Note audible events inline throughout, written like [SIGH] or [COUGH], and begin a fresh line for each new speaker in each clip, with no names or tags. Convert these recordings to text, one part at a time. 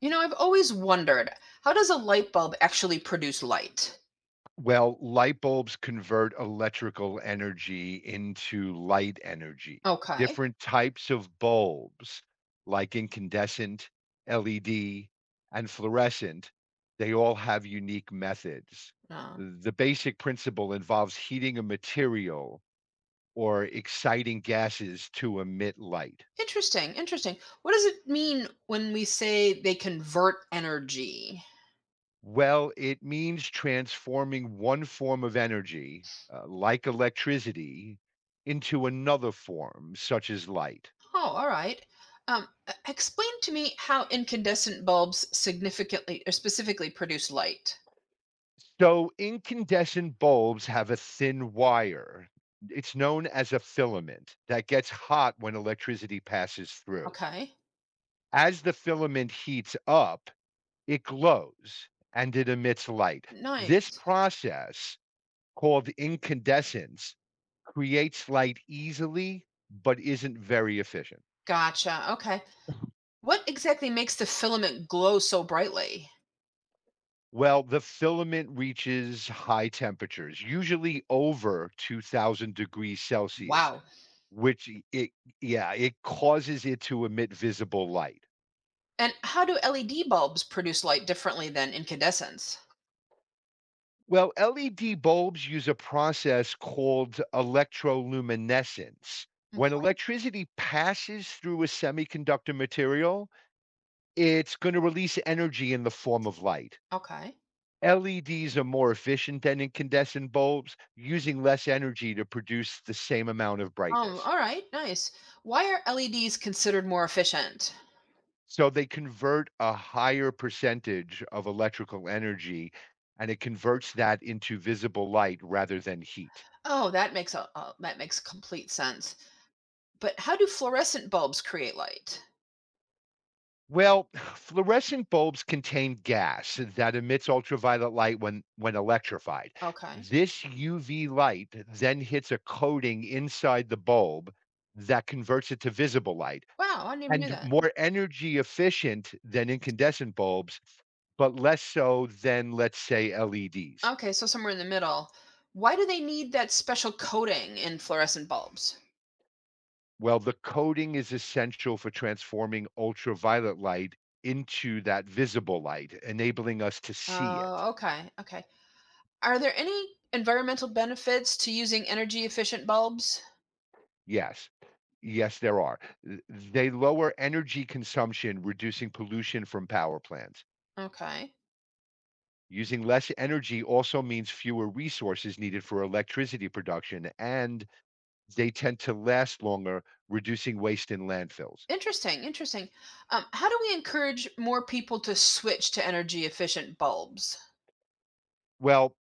You know, I've always wondered, how does a light bulb actually produce light?
Well, light bulbs convert electrical energy into light energy.
Okay.
Different types of bulbs, like incandescent, LED, and fluorescent, they all have unique methods.
Uh,
The basic principle involves heating a material or exciting gases to emit light.
interesting, interesting. What does it mean when we say they convert energy?
Well, it means transforming one form of energy, like electricity, into another form, such as light.
Oh, all right. Explain to me how incandescent bulbs significantly or specifically produce light.
So, incandescent bulbs have a thin wire. It's known as a filament that gets hot when electricity passes through.
Okay.
As the filament heats up, it glows and it emits light. This
Nice.
process called incandescence creates light easily but isn't very efficient.
Gotcha. Okay. What exactly makes the filament glow so brightly?
Well, the filament reaches high temperatures, usually over 2000 degrees Celsius,
Wow.
which it yeah, it causes it to emit visible light.
And how do LED bulbs produce light differently than incandescents?
Well, LED bulbs use a process called electroluminescence. When
Okay.
electricity passes through a semiconductor material, it's going to release energy in the form of light.
Okay.
LEDs are more efficient than incandescent bulbs, using less energy to produce the same amount of brightness.
All right, nice. Why are LEDs considered more efficient?
So they convert a higher percentage of electrical energy and it converts that into visible light rather than heat.
Oh, that that makes complete sense. But how do fluorescent bulbs create light?
Well, [SIGHS] fluorescent bulbs contain gas that emits ultraviolet light when electrified.
Okay.
This UV light then hits a coating inside the bulb that converts it to visible light
Wow, I never knew
and
that.
more energy efficient than incandescent bulbs, but less so than, let's say, LEDs.
Okay, so somewhere in the middle. Why do they need that special coating in fluorescent bulbs?
Well, the coating is essential for transforming ultraviolet light into that visible light, enabling us to see it.
Oh, okay. Okay. Are there any environmental benefits to using energy efficient bulbs?
Yes. Yes, there are. They lower energy consumption, reducing pollution from power plants.
Okay.
Using less energy also means fewer resources needed for electricity production and they tend to last longer, reducing waste in landfills.
Interesting. Interesting. How do we encourage more people to switch to energy efficient bulbs?
Well,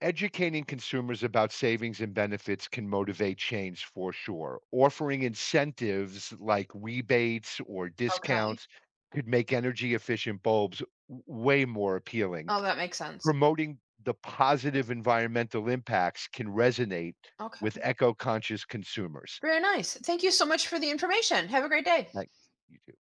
educating consumers about savings and benefits can motivate change for sure. Offering incentives like rebates or
Okay.
discounts could make energy efficient bulbs way more appealing.
Oh, that makes sense.
Promoting the positive environmental impacts can resonate with
Okay.
eco conscious consumers
Very nice. Thank you so much for the information. Have a great day.
like you do.